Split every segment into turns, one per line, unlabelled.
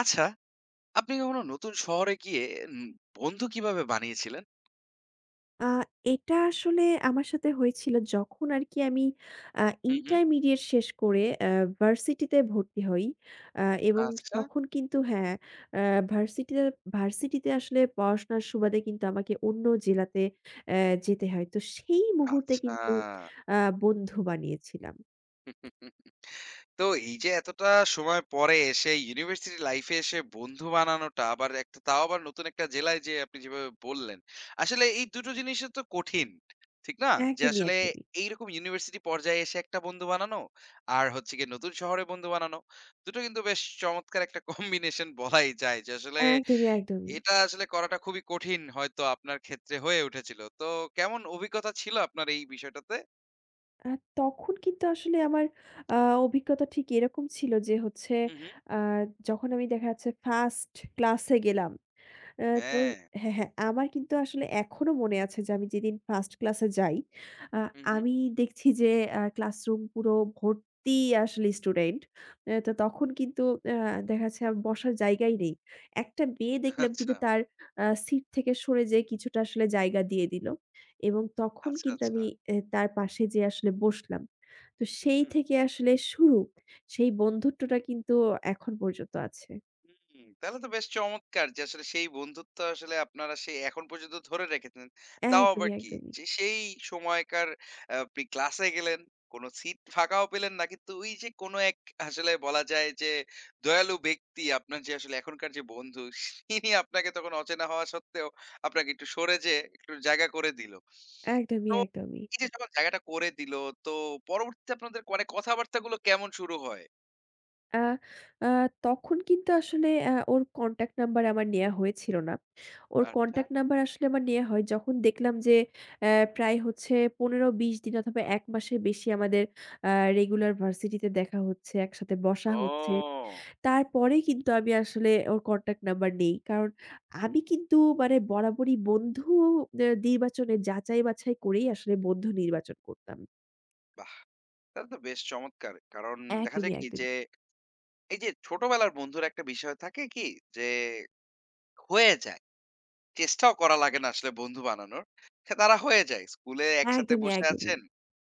আচ্ছা, আপনি কখনো নতুন শহরে গিয়ে উম বন্ধু কিভাবে বানিয়েছিলেন?
আ এটা আসলে আমার সাথে হয়েছিল যখন আরকি আমি আ
হুম, হুম।
ইন্টারমিডিয়েট শেষ করে ভার্সিটিতে ভর্তি হই। আ এবং
আচ্ছা,
তখন কিন্তু হ্যাঁ, আ ভার্সিটিতে ভার্সিটিতে আসলে পড়াশোনার সুবাদে কিন্তু আমাকে অন্য জেলাতে অ্যা যেতে হয়। তো সেই মুহূর্তে
আচ্ছা।
কিন্তু আ বন্ধু বানিয়েছিলাম।
তো এই যে এতটা সময় পরে এসে ইউনিভার্সিটি লাইফে এসে বন্ধু বানানোটা আবার একটা তাও আবার নতুন একটা জেলায় যেয়ে আপনি যেভাবে বললেন, আসলে এই দুটো জিনিসই তো কঠিন। ঠিক না? যে
একদমই,
আসলে
একদমই।
এইরকম ইউনিভার্সিটি পর্যায়ে এসে একটা বন্ধু বানানো, আর হচ্ছে গিয়ে নতুন শহরে বন্ধু বানানো। দুটো কিন্তু বেশ চমৎকার একটা কম্বিনেশন বলাই যায় যে আসলে
একদমই, একদমই।
এটা আসলে করাটা খুবই কঠিন হয়তো আপনার ক্ষেত্রে হয়ে উঠেছিল। তো কেমন অভিজ্ঞতা ছিল আপনার এই বিষয়টাতে?
আ তখন কিন্তু আসলে আমার আ অভিজ্ঞতা ঠিক এরকম ছিল যে হচ্ছে
হু, হু।
আ যখন আমি দেখা যাচ্ছে ফার্স্ট ক্লাসে গেলাম। আ তো
হ্যাঁ।
হ্যাঁ, হ্যাঁ। আমার কিন্তু আসলে এখনো মনে আছে যে আমি যেদিন ফার্স্ট ক্লাসে যাই, আ
হু, হু।
আমি দেখছি যে ক্লাসরুম পুরো ভর্তি আসলে স্টুডেন্ট। তো তখন কিন্তু আ দেখা যাচ্ছে আর বসার জায়গাই নেই। একটা মেয়ে দেখলাম
আচ্ছা,
কিন্তু তার সিট থেকে সরে যেয়ে কিছুটা আসলে জায়গা দিয়ে দিল। এবং তখন
আচ্ছা,
কিন্তু
আচ্ছা।
আমি তার পাশে যেয়ে আসলে বসলাম। তো সেই
হুম।
থেকে আসলে শুরু। সেই বন্ধুত্বটা কিন্তু এখন পর্যন্ত আছে।
হুম, তাহলে তো বেশ চমৎকার যে আসলে সেই বন্ধুত্ব আসলে আপনারা সেই এখন পর্যন্ত ধরে রেখেছেন। তাও
একদমই,
আবার কি?
একদমই।
যে সেই সময়কার আপনি ক্লাসে গেলেন, কোনো সিট ফাঁকাও পেলেন না। কিন্তু ওই যে কোনো এক আসলে বলা যায় যে দয়ালু ব্যক্তি আপনার যে আসলে এখনকার যে বন্ধু তিনি আপনাকে তখন অচেনা হওয়া সত্ত্বেও আপনাকে একটু সরে যেয়ে একটু জায়গা করে দিল।
একদমই,
তো
একদমই।
এই যে যখন জায়গাটা করে দিল তো পরবর্তীতে আপনাদের মানে কথাবার্তাগুলো কেমন শুরু হয়?
আ আ তখন কিন্তু আসলে ওর কনট্যাক্ট নাম্বার আমার নেয়া হয়েছিল না। ওর
আচ্ছা।
কনট্যাক্ট নাম্বার আসলে আমার নেয়া হয় যখন দেখলাম যে অ্যা প্রায় হচ্ছে ১৫-২০ দিন অথবা ১ মাসের বেশি আমাদের আ রেগুলার ভার্সিটিতে দেখা হচ্ছে, একসাথে বসা
ও!
হচ্ছে।
বাহ!
তারপরেই কিন্তু আমি আসলে ওর কনট্যাক্ট নাম্বার নেই। কারণ আমি কিন্তু মানে বরাবরই বন্ধু নির্বাচনে যাচাই-বাছাই করেই আসলে বন্ধু নির্বাচন করতাম।
তাহলে তো বেশ চমৎকার। কারণ দেখা
একদমই,
যায় কি যে,
একদমই।
এই যে ছোটবেলার বন্ধুর একটা বিষয় থাকে কি যে হয়ে যায়। চেষ্টাও করা লাগে না আসলে বন্ধু বানানোর। তারা হয়ে যায়। স্কুলে একসাথে
একদমই,
বসে
একদমই।
আছেন,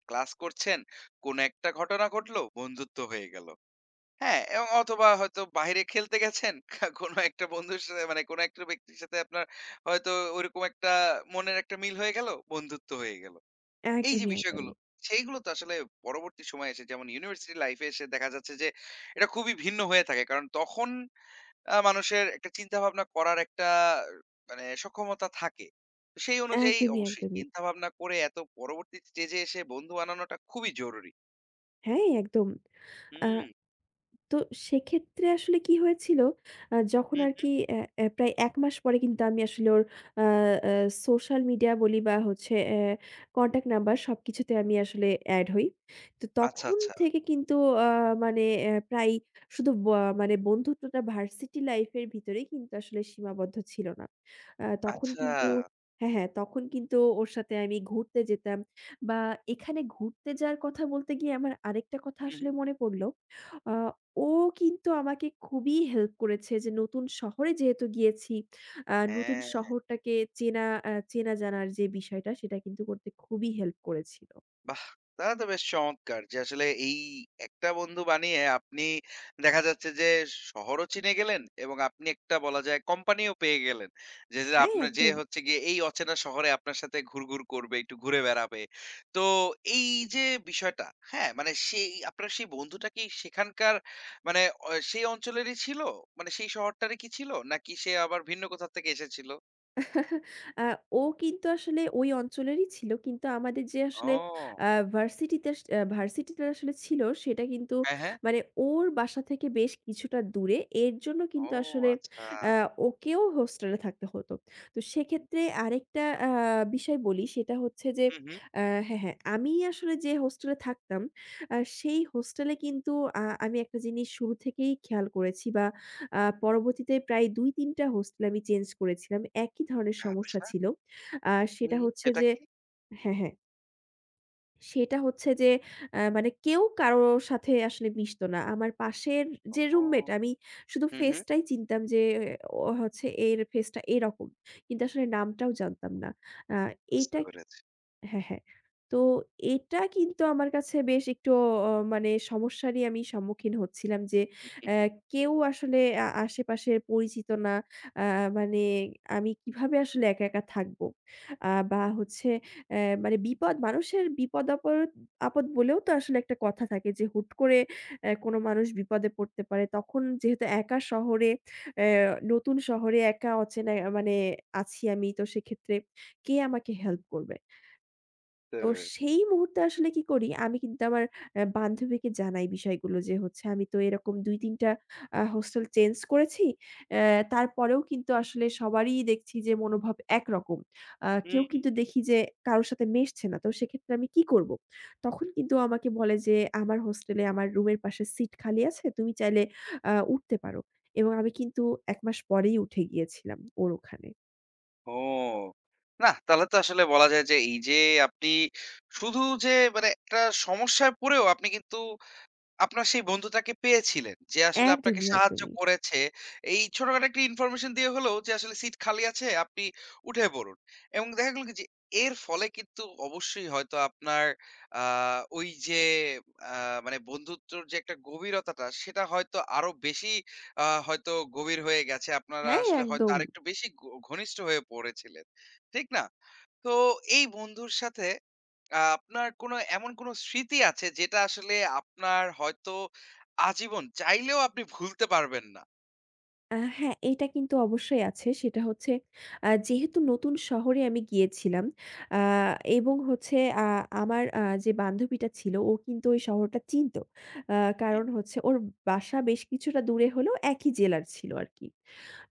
ক্লাস করছেন। কোন একটা ঘটনা ঘটলো, বন্ধুত্ব হয়ে গেল। হ্যাঁ? এবং অথবা হয়তো বাইরে খেলতে গেছেন। কোন একটা বন্ধুর সাথে মানে কোন একটা ব্যক্তির সাথে আপনার হয়তো ওরকম একটা মনের একটা মিল হয়ে গেল, বন্ধুত্ব হয়ে গেল। এই যে
একদমই,
বিষয়গুলো,
একদমই।
সেইগুলো তো আসলে পরবর্তী সময়ে এসে যেমন ইউনিভার্সিটি লাইফে এসে দেখা যাচ্ছে যে এটা খুবই ভিন্ন হয়ে থাকে। কারণ তখন মানুষের একটা চিন্তাভাবনা করার একটা মানে সক্ষমতা থাকে। তো সেই অনুযায়ী
একদমই,
অবশ্যই
একদমই।
চিন্তাভাবনা করে এত পরবর্তী স্টেজে এসে বন্ধু বানানোটা খুবই জরুরি।
হ্যাঁ, একদম। আ
হুম,
তো সেক্ষেত্রে আসলে কি হয়েছিল, যখন
হু, হু।
আরকি অ্যা অ্যা প্রায় ১ মাস পরে কিন্তু আমি আসলে ওর আ আ সোশ্যাল মিডিয়া বলি বা হচ্ছে কনট্যাক্ট নাম্বার সবকিছুতে আমি আসলে এড হই। তো
আচ্ছা,
তখন
আচ্ছা।
থেকে কিন্তু আ মানে অ্যা প্রায় শুধু বা মানে বন্ধুত্বটা ভার্সিটি লাইফ এর ভিতরেই কিন্তু আসলে সীমাবদ্ধ ছিল না। তখন
আচ্ছা।
কিন্তু হ্যাঁ, হ্যাঁ, তখন কিন্তু ওর সাথে আমি ঘুরতে যেতাম বা এখানে ঘুরতে যাওয়ার কথা বলতে গিয়ে আমার আরেকটা কথা
হু, হু।
আসলে মনে পড়ল। আ ও কিন্তু আমাকে খুবই হেল্প করেছে যে নতুন শহরে যেহেতু গিয়েছি, নতুন
হ্যাঁ।
শহরটাকে চেনা চেনা জানার যে বিষয়টা সেটা কিন্তু করতে খুবই হেল্প করেছিল।
বাহ! তাহলে তো বেশ চমৎকার যে আসলে এই একটা বন্ধু বানিয়ে আপনি দেখা যাচ্ছে যে শহরও চিনে গেলেন এবং আপনি একটা বলা যায় কোম্পানিও পেয়ে গেলেন। যে, যে
হ্যাঁ,
আপনার যে
একদম।
হচ্ছে গিয়ে এই অচেনা শহরে আপনার সাথে ঘুরঘুর করবে, একটু ঘুরে বেড়াবে। তো এই যে বিষয়টা, হ্যাঁ? মানে সেই আপনার সেই বন্ধুটা কি সেখানকার মানে সেই অঞ্চলেরই ছিল? মানে সেই শহরটারই কি ছিল? নাকি সে আবার ভিন্ন কোথা থেকে এসেছিল?
আ ও কিন্তু আসলে ওই অঞ্চলেরই ছিল। কিন্তু আমাদের যে আসলে
ও
আ ভার্সিটিতে আস আ ভার্সিটিটা আসলে ছিল সেটা কিন্তু
হ্যাঁ, হ্যাঁ।
মানে ওর বাসা থেকে বেশ কিছুটা দূরে। এর জন্য
ও
কিন্তু আসলে
আচ্ছা।
আ ওকেও হোস্টেলে থাকতে হতো। তো সেক্ষেত্রে আরেকটা বিষয় বলি সেটা হচ্ছে যে
হুম, হুম।
আ হ্যাঁ, হ্যাঁ, আমি আসলে যে হোস্টেলে থাকতাম সেই হোস্টেলে কিন্তু আমি একটা জিনিস শুরু থেকেই খেয়াল করেছি বা পরবর্তীতে প্রায় ২-৩ টা হোস্টেল আমি চেঞ্জ করেছিলাম। একই ধরনের সমস্যা
আচ্ছা।
ছিল। সেটা
হুম,
হচ্ছে
সেটা
যে
কি?
হ্যাঁ, হ্যাঁ। সেটা হচ্ছে যে মানে কেউ কারো সাথে আসলে মিশত না। আমার পাশের যে
ও
রুমমেট আমি শুধু
হু, হু।
ফেসটাই চিনতাম যে ও হচ্ছে এর ফেসটা এরকম। কিন্তু আসলে নামটাও জানতাম না। আ
বুঝতে
এইটা
পেরেছি,
হ্যাঁ, হ্যাঁ। তো এটা কিন্তু আমার কাছে বেশ একটু মানে সমস্যারই আমি সম্মুখীন হচ্ছিলাম যে,
বুঝতে
অ্যা কেউ আসলে আশেপাশের পরিচিত না। আ মানে আমি কিভাবে আসলে একা, একা থাকব? বা হচ্ছে মানে বিপদ মানুষের বিপদ-আপদ আপদ আপদ বলেও তো আসলে একটা কথা থাকে যে, হুট করে কোনো মানুষ বিপদে পড়তে পারে। তখন যেহেতু একা শহরে, অ্যা নতুন শহরে একা অচেনা মানে আছি আমি। তো সেক্ষেত্রে কে আমাকে হেল্প করবে? তো
পেরেছি।
সেই মুহূর্তে আসলে কি করি, আমি কিন্তু আমার বান্ধবীকে জানাই বিষয়গুলো যে হচ্ছে আমি তো এরকম ২-৩ টা হোস্টেল চেঞ্জ করেছি। তারপরেও কিন্তু আসলে সবারই দেখছি যে মনোভাব একরকম। কেউ
হুম।
কিন্তু দেখি যে কারো সাথে মেশছে না। তো সেক্ষেত্রে আমি কি করব? তখন কিন্তু আমাকে বলে যে, "আমার হোস্টেলে আমার রুমের পাশে সিট খালি আছে। তুমি চাইলে উঠতে পারো।" এবং আমি কিন্তু ১ মাস পরেই উঠে গিয়েছিলাম ওর ওখানে।
ও! নাহ, তাহলে তো আসলে বলা যায় যে এই যে আপনি শুধু যে মানে একটা সমস্যায় পড়েও আপনি কিন্তু আপনার সেই বন্ধুটাকে পেয়েছিলেন যে আসলে আপনাকে
একদমই,
সাহায্য
একদমই।
করেছে। এই ছোটখাটো একটা ইনফরমেশন দিয়ে হলেও যে আসলে সিট খালি আছে আপনি উঠে পড়ুন। এবং দেখা গেল কি যে এর ফলে কিন্তু অবশ্যই হয়তো আপনার আ ওই যে আ মানে বন্ধুত্বর যে একটা গভীরতাটা সেটা হয়তো আরো বেশি হয়তো গভীর হয়ে গেছে। আপনারা
হ্যাঁ,
আসলে হয়তো
একদম।
আরেকটু বেশি ঘনিষ্ঠ হয়ে পড়েছিলেন। ঠিক না? তো এই বন্ধুর সাথে আপনার কোনো এমন কোনো স্মৃতি আছে যেটা আসলে আপনার হয়তো আজীবন চাইলেও আপনি ভুলতে পারবেন না?
হ্যাঁ, এটা কিন্তু অবশ্যই আছে। সেটা হচ্ছে যেহেতু নতুন শহরে আমি গিয়েছিলাম আ এবং হচ্ছে আ আমার যে বান্ধবীটা ছিল ও কিন্তু ওই শহরটা চিনত। আ
হুম,
কারণ
হুম।
হচ্ছে ওর বাসা বেশ কিছুটা দূরে হলেও একই জেলার ছিল আরকি।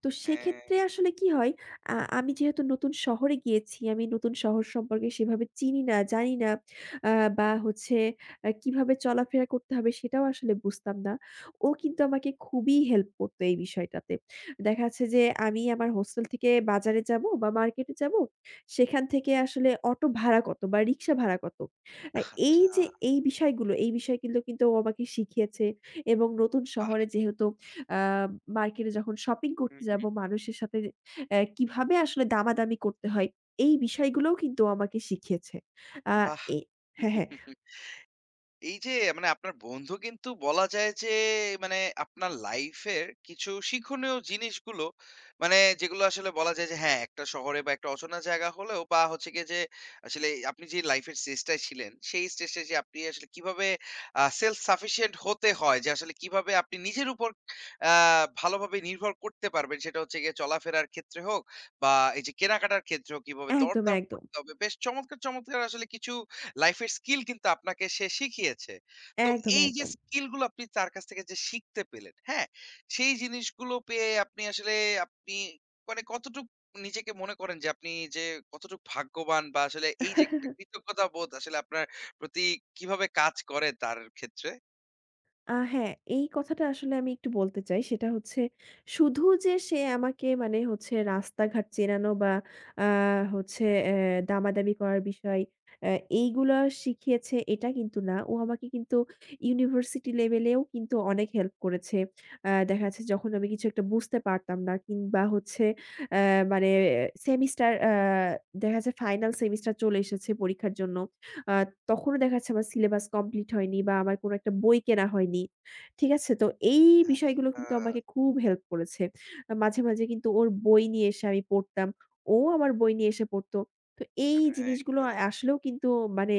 তো
হ্যাঁ।
সেক্ষেত্রে আসলে কি হয়, আমি যেহেতু নতুন শহরে গিয়েছি, আমি নতুন শহর সম্পর্কে সেভাবে চিনি না, জানি না আ বা হচ্ছে কিভাবে চলাফেরা করতে হবে সেটাও আসলে বুঝতাম না। ও কিন্তু
হুম।
আমাকে খুবই হেল্প করতো এই বিষয়টাতে। দেখা যাচ্ছে যে আমি আমার হোস্টেল থেকে বাজারে যাবো বা মার্কেটে যাবো, সেখান থেকে আসলে অটো ভাড়া কত বা রিক্সা ভাড়া কত? আ এই
আচ্ছা,
যে এই বিষয়গুলো কিন্তু ও আমাকে শিখিয়েছে এবং নতুন
বাহ!
শহরে যেহেতু আ মার্কেটে যখন শপিং
হুম,
করতে যাবো
হুম।
মানুষের সাথে কিভাবে আসলে দামাদামি করতে হয়, এই বিষয়গুলোও কিন্তু ও আমাকে শিখিয়েছে। আ
বাহ!
এ হ্যাঁ, হ্যাঁ।
এই যে মানে আপনার বন্ধু কিন্তু বলা যায় যে মানে আপনার লাইফের কিছু শিক্ষণীয় জিনিসগুলো মানে যেগুলো আসলে বলা যায় যে হ্যাঁ একটা শহরে বা একটা অচেনা জায়গা হলেও বা হচ্ছে গিয়ে যে আসলে আপনি যে লাইফের স্টেজটায় ছিলেন সেই স্টেজে যে আপনি আসলে কিভাবে সেলফ সাফিসিয়েন্ট হতে হয় যে আসলে কিভাবে আপনি নিজের উপর ভালোভাবে নির্ভর করতে পারবেন সেটা হচ্ছে গিয়ে চলাফেরার ক্ষেত্রে হোক বা এই যে কেনাকাটার ক্ষেত্রে হোক কিভাবে
একদম,
দরদাম
একদম।
করতে হবে বেশ চমৎকার চমৎকার আসলে কিছু লাইফের স্কিল কিন্তু আপনাকে সে শিখিয়েছে। তো
একদম,
এই যে
একদম।
স্কিলগুলো আপনি তার কাছ থেকে যে শিখতে পেলেন, হ্যাঁ? সেই জিনিসগুলো পেয়ে আপনি আসলে আপনি মানে কতটুক নিজেকে মনে করেন যে আপনি যে কতটুক ভাগ্যবান বা আসলে এই যে একটা কৃতজ্ঞতাবোধ আসলে আপনার প্রতি কিভাবে কাজ করে তার ক্ষেত্রে?
হ্যাঁ, এই কথাটা আসলে আমি একটু বলতে চাই। সেটা হচ্ছে শুধু যে সে আমাকে মানে হচ্ছে রাস্তাঘাট চেনানো বা আ হচ্ছে দামাদামি করার বিষয় অ্যা এইগুলা শিখিয়েছে এটা কিন্তু না। ও আমাকে কিন্তু ইউনিভার্সিটি লেভেলেও কিন্তু অনেক হেল্প করেছে। দেখা যাচ্ছে যখন আমি কিছু একটা বুঝতে পারতাম না কিংবা হচ্ছে অ্যা মানে সেমিস্টার আ দেখা যাচ্ছে ফাইনাল সেমিস্টার চলে এসেছে পরীক্ষার জন্য। আ তখনও দেখা যাচ্ছে আমার সিলেবাস কমপ্লিট হয়নি বা আমার কোনো একটা বই কেনা হয়নি। ঠিক আছে? তো এই বিষয়গুলো
আচ্ছা,
কিন্তু আমাকে খুব হেল্প করেছে। মাঝে, মাঝে কিন্তু ওর বই নিয়ে এসে আমি পড়তাম। ও আমার বই নিয়ে এসে পড়তো। তো এই
রাইট,
জিনিসগুলো
রাইট।
আসলেও কিন্তু মানে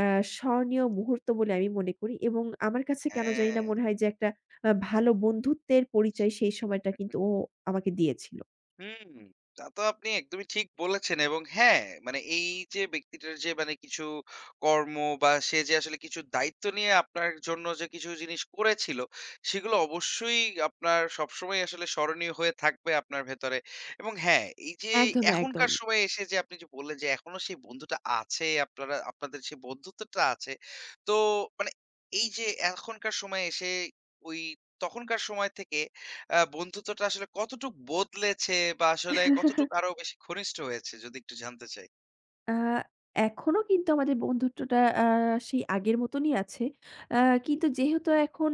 আ স্মরণীয় মুহূর্ত বলে আমি মনে করি এবং আমার কাছে কেন জানি
হ্যাঁ।
না মনে হয় যে একটা ভালো বন্ধুত্বের পরিচয় সেই সময়টা কিন্তু ও আমাকে দিয়েছিল।
হুম, তা তো আপনি একদমই ঠিক বলেছেন এবং হ্যাঁ, মানে এই যে ব্যক্তিটার যে মানে কিছু কর্ম বা সে যে আসলে কিছু দায়িত্ব নিয়ে আপনার জন্য যে কিছু জিনিস করেছিল, সেগুলো অবশ্যই আপনার সবসময় আসলে স্মরণীয় হয়ে থাকবে আপনার ভেতরে। এবং হ্যাঁ, এই যে
একদম, একদম।
এখনকার সময়ে এসে যে আপনি যে বললেন যে এখনো সেই বন্ধুটা আছে, আপনারা আপনাদের সেই বন্ধুত্বটা আছে। তো মানে এই যে এখনকার সময়ে এসে ওই তখনকার সময় থেকে বন্ধুত্বটা আসলে কতটুক বদলেছে বা আসলে কতটুক আরো বেশি ঘনিষ্ঠ হয়েছে যদি একটু জানতে চাই?
আ এখনো কিন্তু আমাদের বন্ধুত্বটা আ সেই আগের মতনই আছে। আ কিন্তু যেহেতু এখন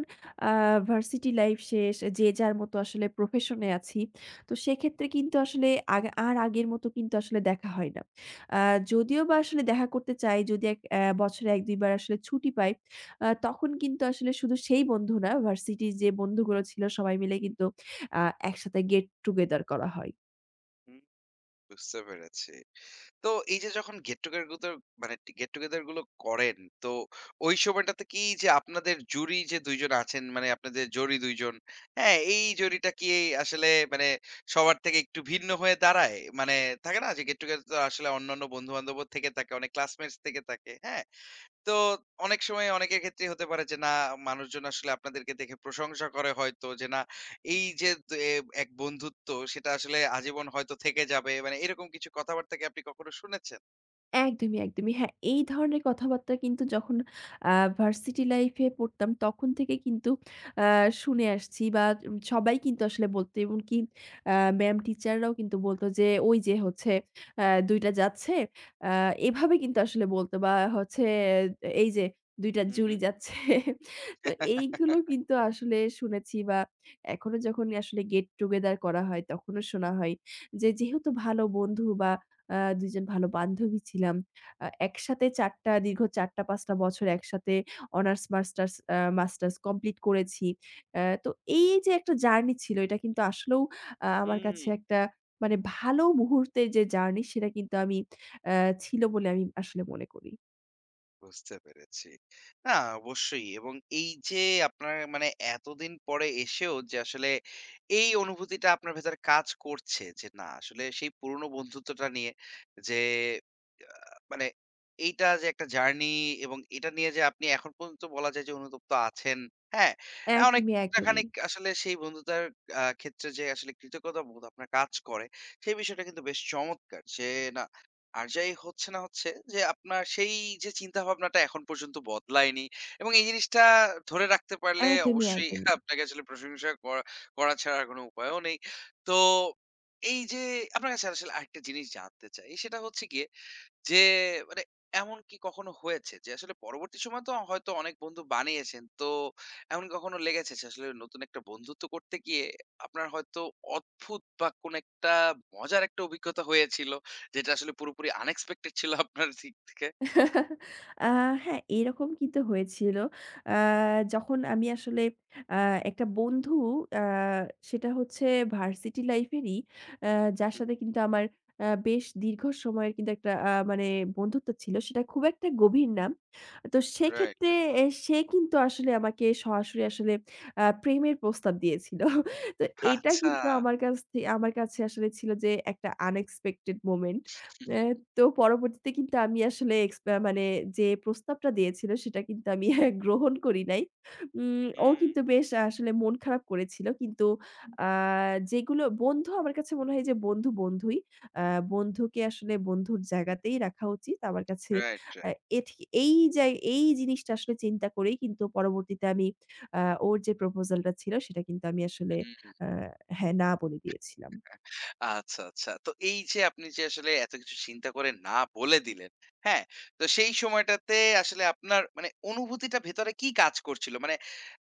আ ভার্সিটি লাইফ শেষ, যে যার মতো আসলে প্রফেশন এ আছি। তো সেক্ষেত্রে কিন্তু আসলে আগ আর আগের মতো কিন্তু আসলে দেখা হয় না। আ যদিও বা আসলে দেখা করতে চাই, যদি এক বছরে ১-২ বার আসলে ছুটি পাই, তখন কিন্তু আসলে শুধু সেই বন্ধু না, ভার্সিটির যে বন্ধুগুলো ছিল সবাই মিলে কিন্তু আ একসাথে গেট টুগেদার করা হয়।
হুম, বুঝতে পেরেছি। তো এই যে যখন গেট টুগেদার গুতো মানে গেট টুগেদার গুলো করেন, তো ওই সময়টাতে কি যে আপনাদের জুরি যে ২ জন আছেন মানে আপনাদের জরি ২ জন, হ্যাঁ? এই জরিটা কি আসলে মানে সবার থেকে একটু ভিন্ন হয়ে দাঁড়ায়? মানে থাকে না যে গেট টুগেদার তো আসলে অন্যান্য বন্ধু-বান্ধবও থেকে থাকে, অনেক ক্লাসমেটস থেকে থাকে, হ্যাঁ? তো অনেক সময় অনেকের ক্ষেত্রেই হতে পারে যে না মানুষজন আসলে আপনাদেরকে দেখে প্রশংসা করে হয়তো যে না এই যে এ এক বন্ধুত্ব সেটা আসলে আজীবন হয়তো থেকে যাবে মানে এরকম কিছু কথাবার্তা কি আপনি কখনো শুনেছেন
একদমই, একদমই। হ্যাঁ, এই ধরনের কথাবার্তা কিন্তু যখন আ ভার্সিটি লাইফ এ পড়তাম তখন থেকে কিন্তু আ শুনে আসছি বা সবাই কিন্তু আসলে বলত এমনকি আ ম্যাম টিচাররাও কিন্তু বলত যে, "ওই যে হচ্ছে ২ টা যাচ্ছে।" আ এভাবে কিন্তু আসলে বলত বা হচ্ছে "এই যে ২ টা
হুম
জুড়ি
হুম
যাচ্ছে।" তো এইগুলো কিন্তু আসলে শুনেছি বা এখনো যখন আসলে গেট টুগেদার করা হয় তখনও শোনা হয় যে, যেহেতু ভালো বন্ধু বা ২ জন ভালো বান্ধবী ছিলাম। একসাথে ৪ টা ৫ টা বছর একসাথে অনার্স মাস্টার্স আ মাস্টার্স কমপ্লিট করেছি। তো এই যে একটা জার্নি ছিল এটা কিন্তু আসলেও আমার
হুম
কাছে একটা মানে ভালো মুহূর্তের যে জার্নি সেটা কিন্তু আমি আ ছিল বলে আমি আসলে মনে করি।
বুঝতে পেরেছি। না অবশ্যই এবং এই যে আপনার মানে এতদিন পরে এসেও যে আসলে এই অনুভূতিটা আপনার ভেতর কাজ করছে যে না আসলে সেই পুরনো বন্ধুত্বটা নিয়ে যে আ মানে এইটা যে একটা জার্নি এবং এটা নিয়ে যে আপনি এখন পর্যন্ত বলা যায় যে অনুতপ্ত আছেন, হ্যাঁ?
একদমই,
অনেকটা
একদমই।
খানিক আসলে সেই বন্ধুতার ক্ষেত্রে যে আসলে কৃতজ্ঞতাবোধ আপনার কাজ করে সেই বিষয়টা কিন্তু বেশ চমৎকার। যে না আর যাই হচ্ছে না হচ্ছে যে আপনার সেই যে চিন্তাভাবনাটা এখন পর্যন্ত বদলায়নি এবং এই জিনিসটা ধরে রাখতে পারলে
একদমই,
অবশ্যই
একদমই।
আপনাকে আসলে প্রশংসা করা করা ছাড়া আর কোনো উপায়ও নেই। তো এই যে আপনার কাছে আসলে আরেকটা জিনিস জানতে চাই সেটা হচ্ছে গিয়ে যে মানে এমন কি কখনো হয়েছে যে আসলে পরবর্তী সময় তো হয়তো অনেক বন্ধু বানিয়েছেন তো এমন কি কখনো লেগেছে যে আসলে নতুন একটা বন্ধুত্ব করতে গিয়ে আপনার হয়তো অদ্ভুত বা কোন একটা মজার একটা অভিজ্ঞতা হয়েছিল যেটা আসলে পুরোপুরি আনএক্সপেক্টেড ছিল আপনার দিক থেকে?
আ হ্যাঁ, এরকম কিন্তু হয়েছিল। আ যখন আমি আসলে আ একটা বন্ধু আ সেটা হচ্ছে ভার্সিটি লাইফ এরই আ যার সাথে কিন্তু আমার বেশ দীর্ঘ সময়ের কিন্তু একটা মানে বন্ধুত্ব ছিল। সেটা খুব একটা গভীর না। তো
রাইট, রাইট।
সেক্ষেত্রে সে কিন্তু আসলে আমাকে সরাসরি আসলে প্রেমের প্রস্তাব দিয়েছিল। তো এটা
আচ্ছা।
কিন্তু আমার কাছে আসলে ছিল যে একটা আনএক্সপেক্টেড মোমেন্ট। এ তো পরবর্তীতে কিন্তু আমি আসলে এক্স আ মানে যে প্রস্তাবটা দিয়েছিল সেটা কিন্তু আমি গ্রহণ করি নাই। ও
হুম,
কিন্তু বেশ আসলে মন খারাপ করেছিল। কিন্তু আ যেগুলো বন্ধু আমার কাছে মনে হয় যে বন্ধু বন্ধুই। আ বন্ধুকে আসলে বন্ধুর জায়গাতেই রাখা উচিত। আমার কাছে
রাইট,
আ
রাইট।
এঠি এই জায় এই জিনিসটা আসলে চিন্তা করেই কিন্তু পরবর্তীতে আমি আ ওর যে প্রপোজালটা ছিল সেটা কিন্তু আমি আসলে
হুম।
আ হ্যাঁ, না বলে দিয়েছিলাম।
আচ্ছা, আচ্ছা। তো এই যে আপনি যে আসলে এত কিছু চিন্তা করে না বলে দিলেন, হ্যাঁ? তো সেই সময়টাতে আসলে আপনার মানে অনুভূতিটা ভেতরে কি কাজ করছিল? মানে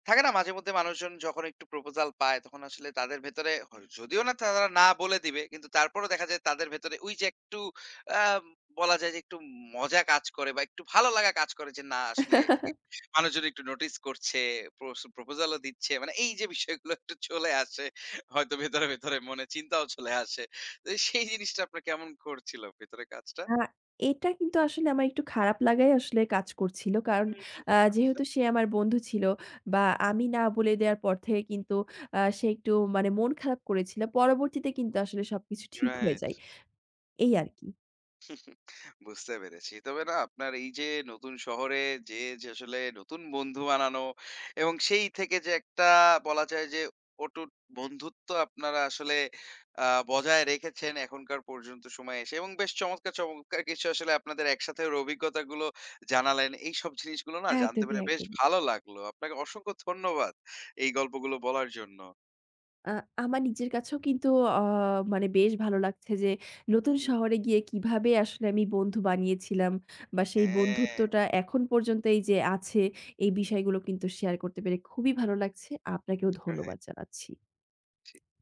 থাকে না মাঝেমধ্যে মানুষজন যখন একটু প্রপোজাল পায় তখন আসলে তাদের ভেতরে যদিও না তারা না বলে দিবে কিন্তু তারপরেও দেখা যায় তাদের ভেতরে ওই যে একটু আ বলা যায় যে একটু মজা কাজ করে বা একটু ভালো লাগা কাজ করে যে না আসলে মানুষজন একটু নোটিস করছে, প্রপোজালও দিচ্ছে। মানে এই যে বিষয়গুলো একটু চলে আসে। হয়তো ভেতরে, ভেতরে মনে চিন্তাও চলে আসে। তো সেই জিনিসটা আপনার কেমন করছিল ভেতরে কাজটা?
আ এটা কিন্তু আসলে আমার একটু খারাপ লাগাই আসলে কাজ করছিল। কারণ
হুম। আচ্ছা,
যেহেতু সে আমার বন্ধু ছিল বা আমি না বলে দেওয়ার পর থেকে কিন্তু সে একটু মানে মন খারাপ করেছিল। পরবর্তীতে কিন্তু আসলে সবকিছু ঠিক হয়ে
রাইট।
যায়। এই আরকি।
বুঝতে পেরেছি। তবে না আপনার এই যে নতুন শহরে যেয়ে যে আসলে নতুন বন্ধু বানানো এবং সেই থেকে যে একটা বলা যায় যে অটুট বন্ধুত্ব আপনারা আসলে আ বজায় রেখেছেন এখনকার পর্যন্ত সময়ে এসে এবং বেশ চমৎকার, চমৎকার কিছু আসলে আপনাদের একসাথের অভিজ্ঞতাগুলো জানালেন। এইসব জিনিসগুলো না জানতে
একদমই,
পেরে বেশ
একদমই।
ভালো লাগলো। আপনাকে অসংখ্য ধন্যবাদ এই গল্পগুলো বলার জন্য।
আ আমার নিজের কাছেও কিন্তু অ মানে বেশ ভালো লাগছে যে
হু,
নতুন
হু।
শহরে গিয়ে কিভাবে আসলে আমি বন্ধু বানিয়েছিলাম বা সেই
হ্যাঁ,
বন্ধুত্বটা এখন পর্যন্ত এই যে আছে, এই বিষয়গুলো কিন্তু শেয়ার করতে পেরে খুবই ভালো লাগছে। আপনাকেও ধন্যবাদ
রাইট।
জানাচ্ছি।